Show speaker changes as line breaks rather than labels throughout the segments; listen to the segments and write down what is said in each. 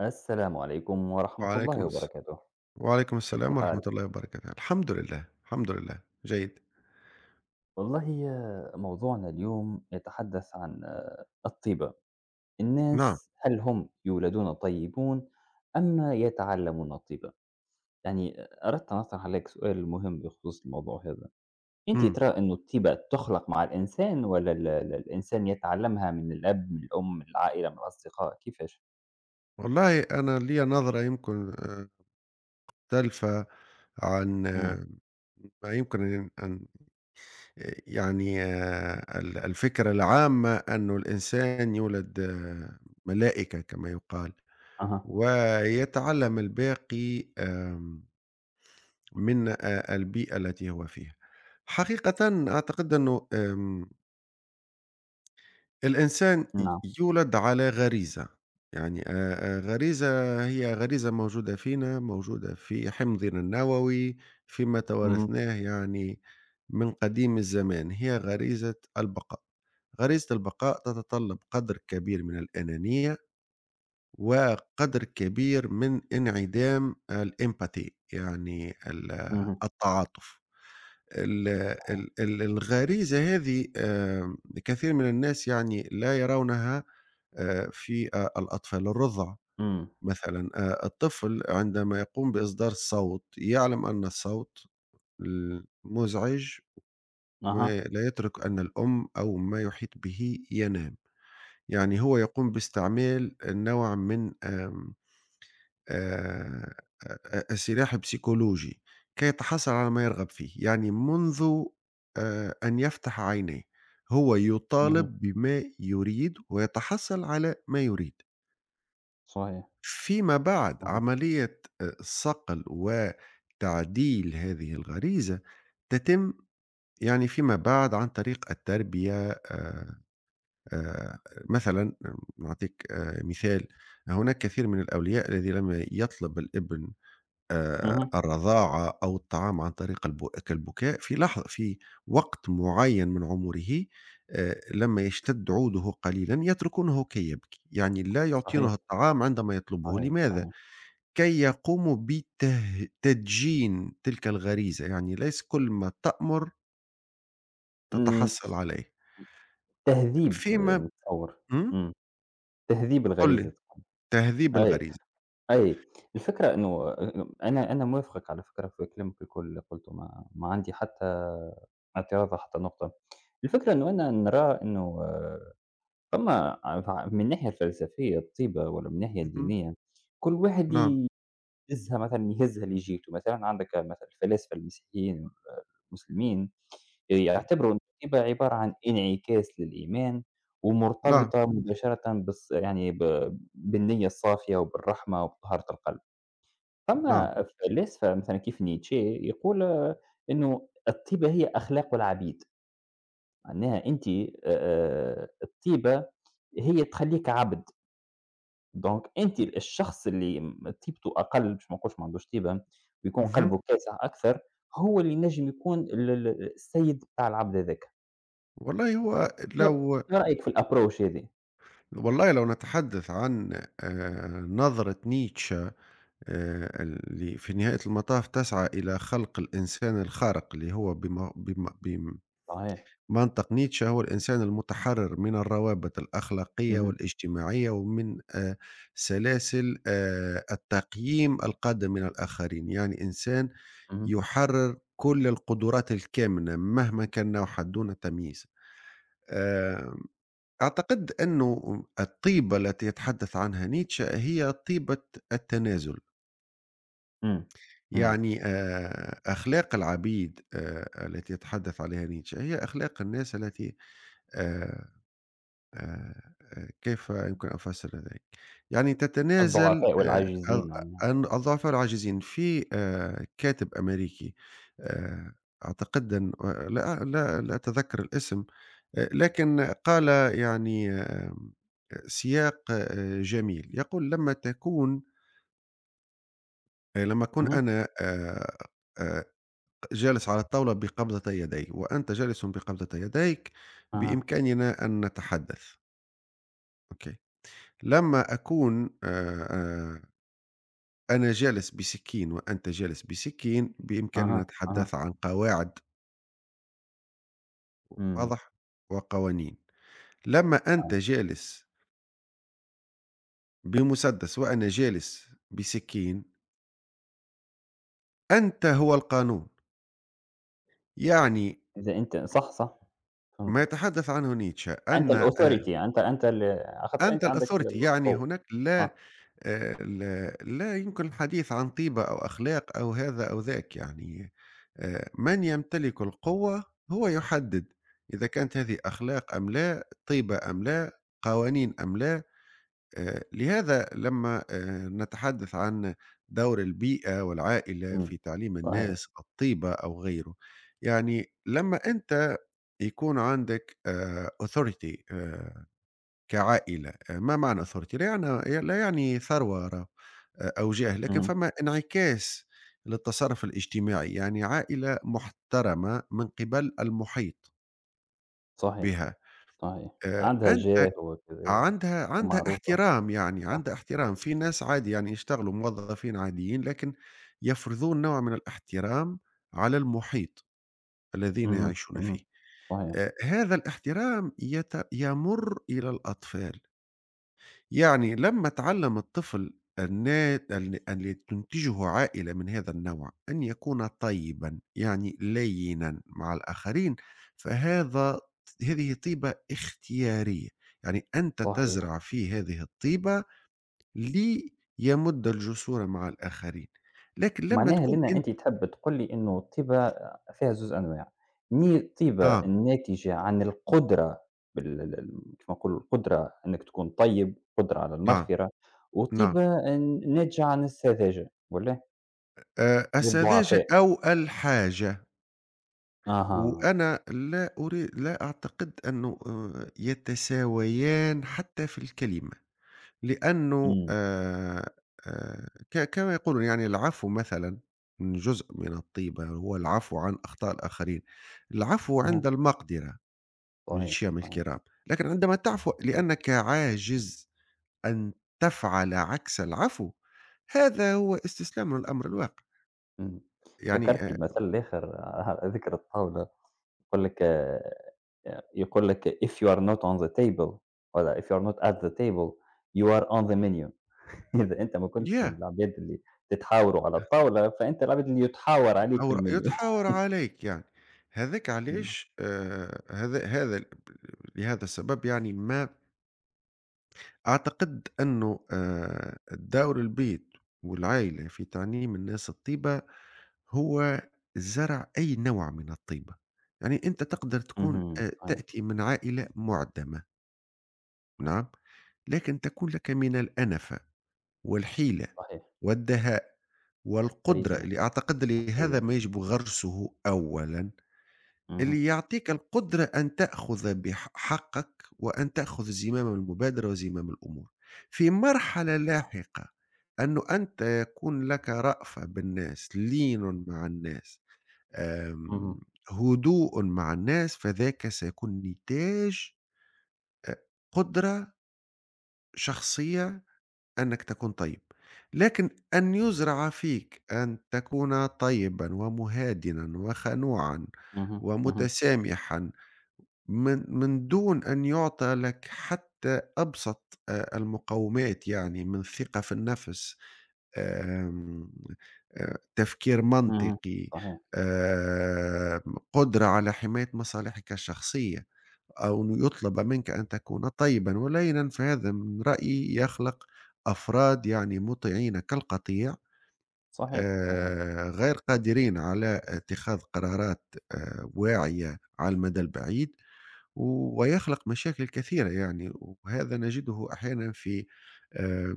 السلام عليكم ورحمة الله
وعليكم الس
وبركاته.
وعليكم
كيف
السلام ورحمة
الحال؟
الله وبركاته. الحمد لله، الحمد لله، جيد.
والله موضوعنا اليوم يتحدث عن الطيبة.
نعم،
الناس هل هم يولدون طيبون أم يتعلمون الطيبة؟ يعني أردت أن أطرح عليك سؤال مهم بخصوص الموضوع هذا. أنت
إمم.
ترى أن الطيبة تخلق مع الإنسان ولا الإنسان يتعلمها من الأب من الأم من العائلة من الأصدقاء كيفاش؟
والله أنا لي نظرة يمكن مختلفة عن
مم.
ما يمكن أن يعني الفكرة العامة أنه الإنسان يولد ملائكة كما يقال،
أها.
ويتعلم الباقي من البيئة التي هو فيها. حقيقةً أعتقد أنه الإنسان ي
نعم.
يولد على غريزة، يعني غريزة هي غريزة موجودة فينا، موجودة في حمضنا النووي، فيما
مم.
توارثناه يعني من قديم الزمان، هي غريزة البقاء. غريزة البقاء تتطلب قدر كبير من الأنانية، وقدر كبير من انعدام الempathy يعني
مم.
التعاطف. ال
صحيح.
ال ال الغريزة هذه كثير من الناس يعني لا يرونها في الأطفال الرُضع
مم.
مثلًا، الطفل عندما يقوم بإصدار صوت يعلم أن الصوت مُزعج
أها.
ولا يترك أن الأم أو ما يحيط به ينام، يعني هو يقوم باستعمال نوع من آمم آآ أ سلاح بسيكولوجي كي يتحصل على ما يرغب فيه، يعني منذ أن يفتح عينيه هو
مم.
يُطالب بما يريد ويتحصل على ما يريد.
صحيح.
فيما بعد عملية صقل وتعديل هذه الغريزة تتم يعني فيما بعد عن طريق التربية آآ مثلًا نعطيك مثال، هناك كثير من الأولياء الذي لما يطلب الابن
صحيح.
الرضاعة أو الطعام عن طريق كالبكاء في وقت معين من عمره، لما يشتد عوده قليلًا يتركونه كي يبكي، يعني لا
صحيح،
يعطونه الطعام عندما يطلبه،
صحيح،
لماذا؟
صحيح.
كي يقوموا تدجين تلك الغريزة، يعني ليس كل ما تأمر
إمم،
تتحصل عليه،
تهذيب
فيما
متصوّر،
إمم،
إمم، تهذيب
قُل
الغريزة
لي،
طبعًا،
تهذيب
أي،
الغريزة،
أي، الفكرة إنه أنا موافقك على فكرة في كلامك الكل اللي قُلته، ما عندي حتى اعتراض على حتى نقطة، الفكرة إنه أنا نرى إنه ثم ع من الناحية الفلسفية الطيبة والّا من الناحية
اهم،
الدينية، كل واحد
نعم،
يهزها مثلًا يهزها اللي جهته، مثلًا عندك مثلًا الفلاسفة المسيحيين والمسلمين يعتبروا إن الهبة عبارة عن انعكاس للإيمان،
نعم،
ومرتبطة مباشرة يعني ب بالنية الصافية وبالرحمة وبطهارة القلب.
نعم،
أما الفلاسفة مثلًا كيف نيتشه يقول إنه الطيبة هي أخلاق العبيد، معناها أنتِ الطيبة هي تخلّيك عبد، دونك أنتِ الشخص اللي طيبته أقل باش ما نقولش ما عندوش طيبة، ويكون
اهم،
قلبه كاسح أكثر، هو اللي ينجم يكون ال ال السيد بتاع العبد هذاك.
والله هو
شنو
لو
شنو رأيك في الapproach هذي؟
والله لو نتحدث عن نظرة نيتشه اللي في نهاية المطاف تسعى إلى خلق الإنسان الخارق، اللي هو بم بم بم
صحيح.
منطق نيتشه هو الإنسان المتحرر من الروابط الأخلاقية
اهم،
والاجتماعية ومن سلاسل التقييم القادم من الآخرين يعني إنسان
اهم،
يحرر كل القدرات الكامنة مهما كان نوعها دون تمييز. آه، أعتقد أنه الطيبة التي يتحدث عنها نيتشه هي طيبة التنازل.
إمم، إمم.
يعني أخلاق العبيد التي يتحدث عليها نيتشه هي أخلاق الناس التي آه، آآ كيف يمكن أن أفسّر ذلك؟ يعني تتنازل
الضعفاء
أض
والعاجزين والنعم.
عن أضعاف العاجزين. في كاتب أمريكي، آآ أعتقد أن لا أتذكّر الاسم، لكن قال يعني سياق جميل، يقول: لمّا أكون
اهم،
أنا آآ جالس على الطاولة بقبضتي يدي وأنت جالس بقبضتي يديك،
أها،
بإمكاننا أن نتحدث." أوكي. لما أكون أنا جالس بسكين وأنت جالس بسكين،
أها،
بإمكاننا
أها،
نتحدث عن قواعد،
إمم،
واضح؟ وقوانين. لما أنت
آه.
جالس بمسدس وأنا جالس بسكين، أنت هو القانون. يعني
إذا أنت صح، صح،
ما
فهمتك.
يتحدث عنه نيتشه
أنت
أن
الauthority أنت على خاطر
أنت
أنت عندك
الauthority يعني
القوة،
هناك لا
صح،
آآ لا لا يمكن الحديث عن طيبة أو أخلاق أو هذا أو ذاك، يعني من يمتلك القوة هو يحدد إذا كانت هذه أخلاق أم لا، طيبة أم لا، قوانين أم لا. لهذا لمّا نتحدث عن دور البيئة والعائلة
إمم،
في تعليم
صحيح،
الناس الطيبة أو غيره، يعني لمّا أنت يكون عندك authority كعائلة، ما معنى ثُرْثِي؟ لا يعني لا يعني ثروة أو جاه، لكن
اهم،
فما انعكاس للتصرُّف الاجتماعي، يعني عائلة محترمة من قِبَل المُحيط
صحيح،
بها،
صحيح. عندها جاه
أنت
وكذا
عندها
ومعروفة،
احترام يعني،
صح،
عندها احترام. في ناس عادي يعني يشتغلوا موظفين عاديين، لكن يفرضون نوع من الاحترام على المُحيط الذين
اهم،
يعيشون
اهم،
فيه.
صحيح،
هذا الاحترام يمُرّ إلى الأطفال. يعني لما تعلم الطفل النات أن أن تنتجه عائلة من هذا النوع أن يكون طيبا، يعني لينا مع الآخرين، فهذا هذه طيبة اختيارية، يعني أنت
صحيح.
تزرع في هذه الطيبة ليمد الجسور مع الآخرين. لكن لما
معناها
تكون
لأن
أنت،
أنتِ تحب تقول لي إنه الطيبة فيها زوز أنواع، ني الطيبة
نعم،
الناتجة عن القدرة بال ال ال كيف نقولوا القدرة إنك تكون طيب، قدرة على
نعم،
المغفرة،
نعم،
وطيبة ناتجة عن السذاجة والّا؟
السذاجة
للضعفاء،
أو الحاجة،
أها،
وأنا لا أعتقد أنه يتساويان حتى في الكلمة، لأنه
إمم،
ك كما يقولون، يعني العفو مثلًا، من جزء من الطيبة هو العفو عن أخطاء الآخرين. العفو
أها،
عند المقدرة من
صحيح،
شيم
صحيح،
الكرام، لكن عندما تعفو
إمم،
لأنك عاجز أن تفعل عكس العفو، هذا هو استسلام الأمر الواقع.
إمم،
يعني
ذكرتني بمثل آخر على ذكر الطاولة يقول لك يقول لك: "If you are not on the table" والّا "If you are not at the table you are on the menu." إذا أنت ما كنتش من
yeah.
العباد اللي تتحاوروا على الطاولة، فأنت العبد اللي يتحاور عليك في
أو ر
المنيو.
يُتحاور عليك يعني، هذاك
إمم،
علاش هذا هذا ب لهذا السبب، يعني ما أعتقد إنه دور البيت والعائلة في تعليم الناس الطيبة هو زرع أي نوع من الطيبة. يعني أنت تقدر تكون
اهم، صحيح،
تأتي من عائلة مُعدَمة، نعم، لكن تكون لك من الأنفة والحيلة
صحيح،
والدهاء والقدرة،
كاريزما،
اللي أعتقد
شخصية،
لهذا ما يجب غرسه أولًا،
اهم،
اللي يعطيك القدرة أن تأخذ حقك وأن تأخذ زمام المبادرة وزمام الأمور. في مرحلة لاحقة أنه أنت يكون لك رأفة بالناس، لين مع الناس، آمم،
اهم،
هدوء مع الناس، فذاك سيكون نتاج أ قدرة شخصية أنك تكون طيب. لكن أن يُزرع فيك أن تكون طيبًا ومهادنًا وخنوعًا
اهم، اهم،
ومتسامحًا من من دون أن يُعطى لك حتى أبسط المقومات، يعني من ثقة في النفس، آمم، تفكير
اهم،
منطقي،
صحيح،
آآ قدرة على حماية مصالحك الشخصية، أو إنه يُطلب منك أن تكون طيبًا ولينًا، فهذا من رأيي يخلق أفراد يعني مطيعين كالقطيع،
صحيح، صحيح،
غير قادرين على اتخاذ قرارات واعية على المدى البعيد، ويخلق مشاكل كثيرة. يعني وهذا نجده أحيانا في آه،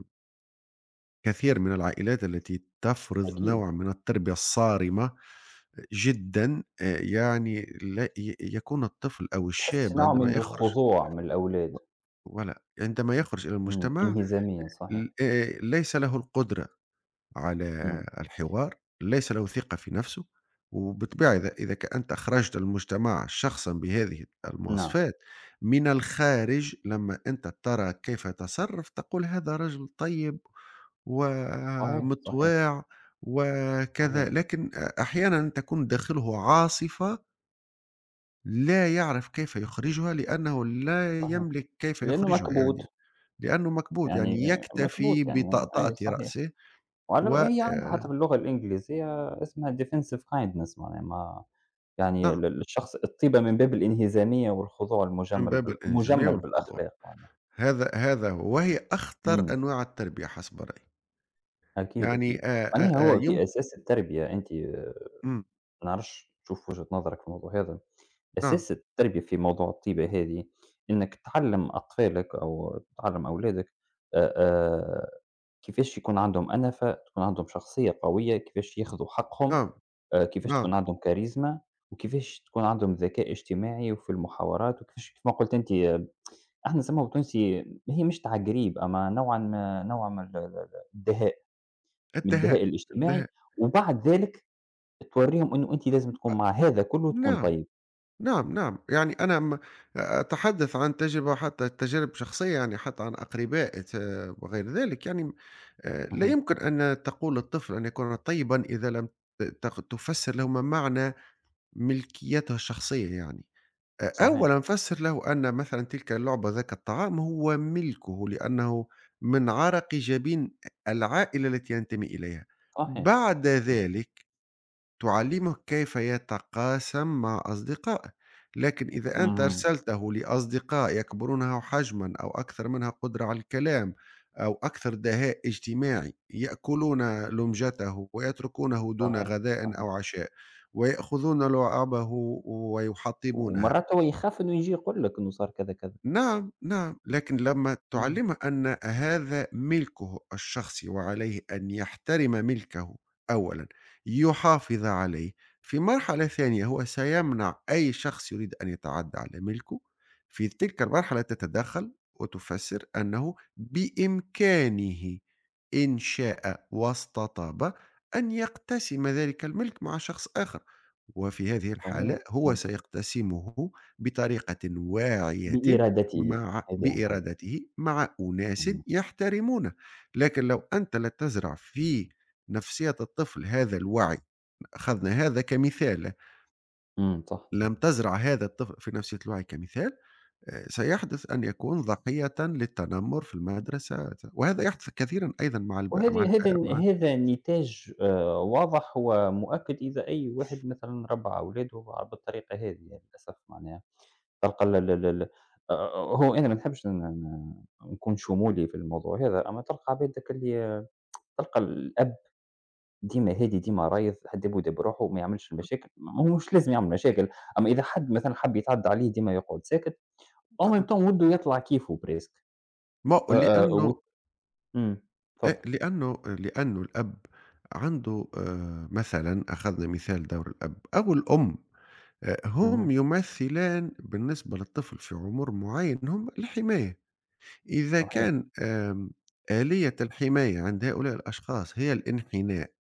كثير من العائلات التي تفرض
أكيد،
نوع من التربية الصارمة جدا. يعني لا يكون الطفل أو
تحس
الشاب
نوع
عندما
من
يخرج
الخضوع من الأولاد،
ولا عندما يخرج إلى
إمم،
المجتمع،
انهزامية، صحيح،
ليس له القدرة
إمم،
على الحوار، ليس له ثقة في نفسه، وبالطبيعة إذا أنت أخرجت المجتمع شخصا بهذه
نعم،
المواصفات، من الخارج لما أنت ترى كيف يتصرف تقول هذا رجل طيب
صحيح، صحيح،
ومطواع وكذا،
صحيح،
لكن أحيانا تكون داخله عاصفة لا يعرف كيف يخرجها لأنه لا
صحيح،
يملك كيف
لأنه
يخرجها، يعني
مكبوت،
لأنه مكبوت،
يعني
يعني يكتفي
مكبوت يعني
بطأطأة
أي صحيح.
رأسه
وعلى
ونعم
هي عندها حتى باللغة الإنجليزية اسمها defensive kindness معناها ما يعني الشخص الطيبة من باب الإنهزامية والخضوع
من
المجمل
باب الانهزامية
مجمل
والخضوع.
بالأخلاق معناها.
هذا هو، وهي أخطر
إمم،
أنواع التربية حسب رأيي.
أكيد،
يعني
أكيد. معناها هو
يم
في أساس التربية أنتِ
إمم،
ما نعرفش تشوف وجهة نظرك في الموضوع هذا؟
نعم،
أساس التربية في موضوع الطيبة هذه، إنك تعلّم أطفالك أو تعلّم أولادك آآ آآ كيفاش يكون عندهم أنَفَة، تكون عندهم شخصية قوية، كيفاش ياخذوا حقهم،
نعم،
كيفاش تكون
نعم،
عندهم كاريزما، وكيفاش تكون عندهم ذكاء اجتماعي وفي المحاورات، وكيفاش كيف ما قُلت أنتِ إحنا نسموها بالتونسي هي مش تعجريب، أما نوعًا ما نوع من ال ال ال الدهاء، من
الدهاء،
الدهاء الاجتماعي،
الدهاء،
وبعد ذلك تورّيهم إنه أنتِ لازم
أ
تكون مع هذا كلّه تكون
نعم،
طيب.
نعم، نعم. يعني أنا أتحدث عن تجربة، حتى تجارب شخصية، يعني حتى عن أقربائي وغير ذلك. يعني لا
اهم،
يمكن أن تقول للطفل أن يكون طيبًا إذا لم ت تق تفسر لهما معنى ملكيته الشخصية يعني.
صحيح،
أولًا فسّر له أن مثلًا تلك اللعبة، ذاك الطعام، هو ملكه لأنه من عرق جبين العائلة التي ينتمي إليها.
صحيح.
بعد ذلك تعلمه كيف يتقاسم مع أصدقائه، لكن إذا أنت
اهم.
أرسلته لأصدقاء يكبرونه حجمًا أو أكثر منها قدرة على الكلام أو أكثر دهاء اجتماعي يأكلون لُمجته ويتركونه دون
صحيح،
غذاء
صحيح.
أو عشاء، ويأخذون لعابه ويحطمونها.
ومرّات هو يخاف إنه ييجي يقول لك إنه صار كذا، كذا.
نعم، نعم، لكن لمّا
أيوه،
تُعلِّمه أن هذا ملكه الشخصي وعليه أن يحترم ملكه أولًا، يحافظ عليه، في مرحلة ثانية هو سيمنع أي شخص يريد أن يتعدى على ملكه. في تلك المرحلة تتدخّل وتفسّر أنه بإمكانه، إن شاء واستطاب، أن يقتسم ذلك الملك مع شخص آخر، وفي هذه
صحيح.
الحالة هو
منطقي.
سيقتسمه بطريقة واعية،
بإرادته،
مع
هذه أهم حاجة.
بإرادته، مع أناس
إمم.
يحترمونه. لكن لو أنت لا تزرع في نفسية الطفل هذا الوعي، أخذنا هذا كمثال،
إمم، صح، صح.
لم تزرع هذا الطفل في نفسية الوعي كمثال، سيحدث أن يكون ضحية للتنمر في المدرسة، وهذا يحدث كثيرًا أيضًا مع الب مع
وهذه
الح
هذا
مع
هذا نتاج واضح ومؤكد إذا أي واحد مثلًا ربّى أولاده بالطريقة هذه يعني للأسف معناها. تلقى ال ال ال آآ هو أنا ما نحبش ن ن نكون شمولي في الموضوع هذا، أما تلقى عباد ذاك اللي تلقى الأب ديما هادي، ديما رايق، حد يبعد بروحه وما يعملش المشاكل، ما هو مش لازم يعمل مشاكل، أما إذا حد مثلًا حب يتعدّى عليه ديما يقعد ساكت، en même
نعم،
temps وده يطلع كيفه presque
ما
آآ، و
لأنه
إمم، اتفضل.
لأنه لأنه الأب عنده، مثلًا أخذنا مثال دور الأب أو الأم.
اهم،
هم يمثلان بالنسبة للطفل في عمر معيّن هم الحماية. إذا
صحيح،
كان آلية الحماية عند هؤلاء الأشخاص هي الانحناء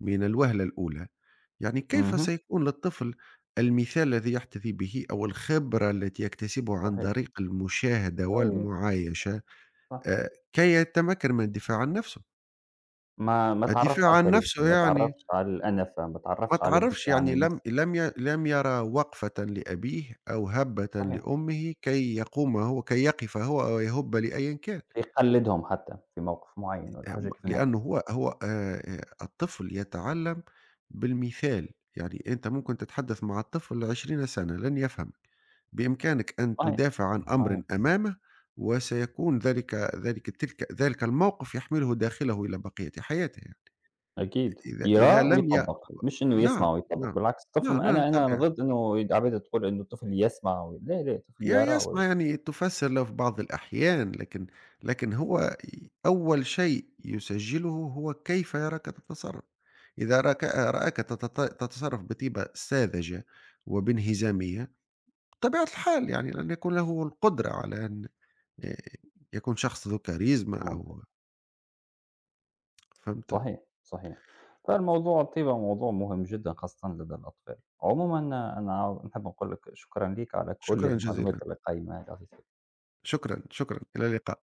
من الوهلة الأولى، يعني كيف
اهم،
سيكون للطفل المثال الذي يحتذي به أو الخبرة التي يكتسبها عن
صحيح،
طريق المشاهدة
أي
والمعايشة
صح،
كي يتمكن من الدفاع عن نفسه؟
ما تعرّفش على
الدفاع عن
الكاريزما،
نفسه،
ما
يعني
تعرّفش على الأنَفة، ما
ما
تعرّفش على
تعرفش،
الدفاع عن
يعني لم
النفس،
لم ي لم يرى وقفة لأبيه أو هَبّة
صحيح،
لأمه كي يقوم هو، كي يقف هو أو يهُب لأيًا كان.
يقلّدهم حتى في موقف معيّن والّا حاجة كيف هناك،
لأنه هو هو الطفل يتعلّم بالمثال، يعني أنت ممكن تتحدث مع الطفل 20 سَنة لن يفهمك. بإمكانك أن
صحيح،
تدافع عن
صحيح.
أمر أمامه وسيكون ذلك الموقف يحمله داخله إلى بقية حياته يعني.
أكيد،
إذا إذا
يراه
لم ي
ويطبّق، مش إنه
نعم،
يسمع ويطبّق،
نعم،
بالعكس الطفل
نعم، نعم،
أنا
طبيعي.
ضد إنه يد عبادة تقول إنه الطفل يسمع و لا، لا، الطفل يرى
يسمع،
ويطبّق،
يعني تفسر له في بعض الأحيان، لكن لكن هو ي أول شيء يسجّله هو كيف يراك تتصرّف، إذا رآك تتصرّف بطيبة ساذجة وبانهزامية، بطبيعة الحال يعني لن يكون له القدرة على أن آآ يكون شخص ذو كاريزما أو،
منطقي،
فهمت؟
صحيح، صحيح. فالموضوع الطيبة موضوع مهم جدًا خاصةً لدى الأطفال. عمومًا أنا عاو نحب نقول لك شكرًا ليك على كل
شكرًا جزيلًا،
المعلومات القيمة هذه
شكرًا، شكرًا، إلى اللقاء.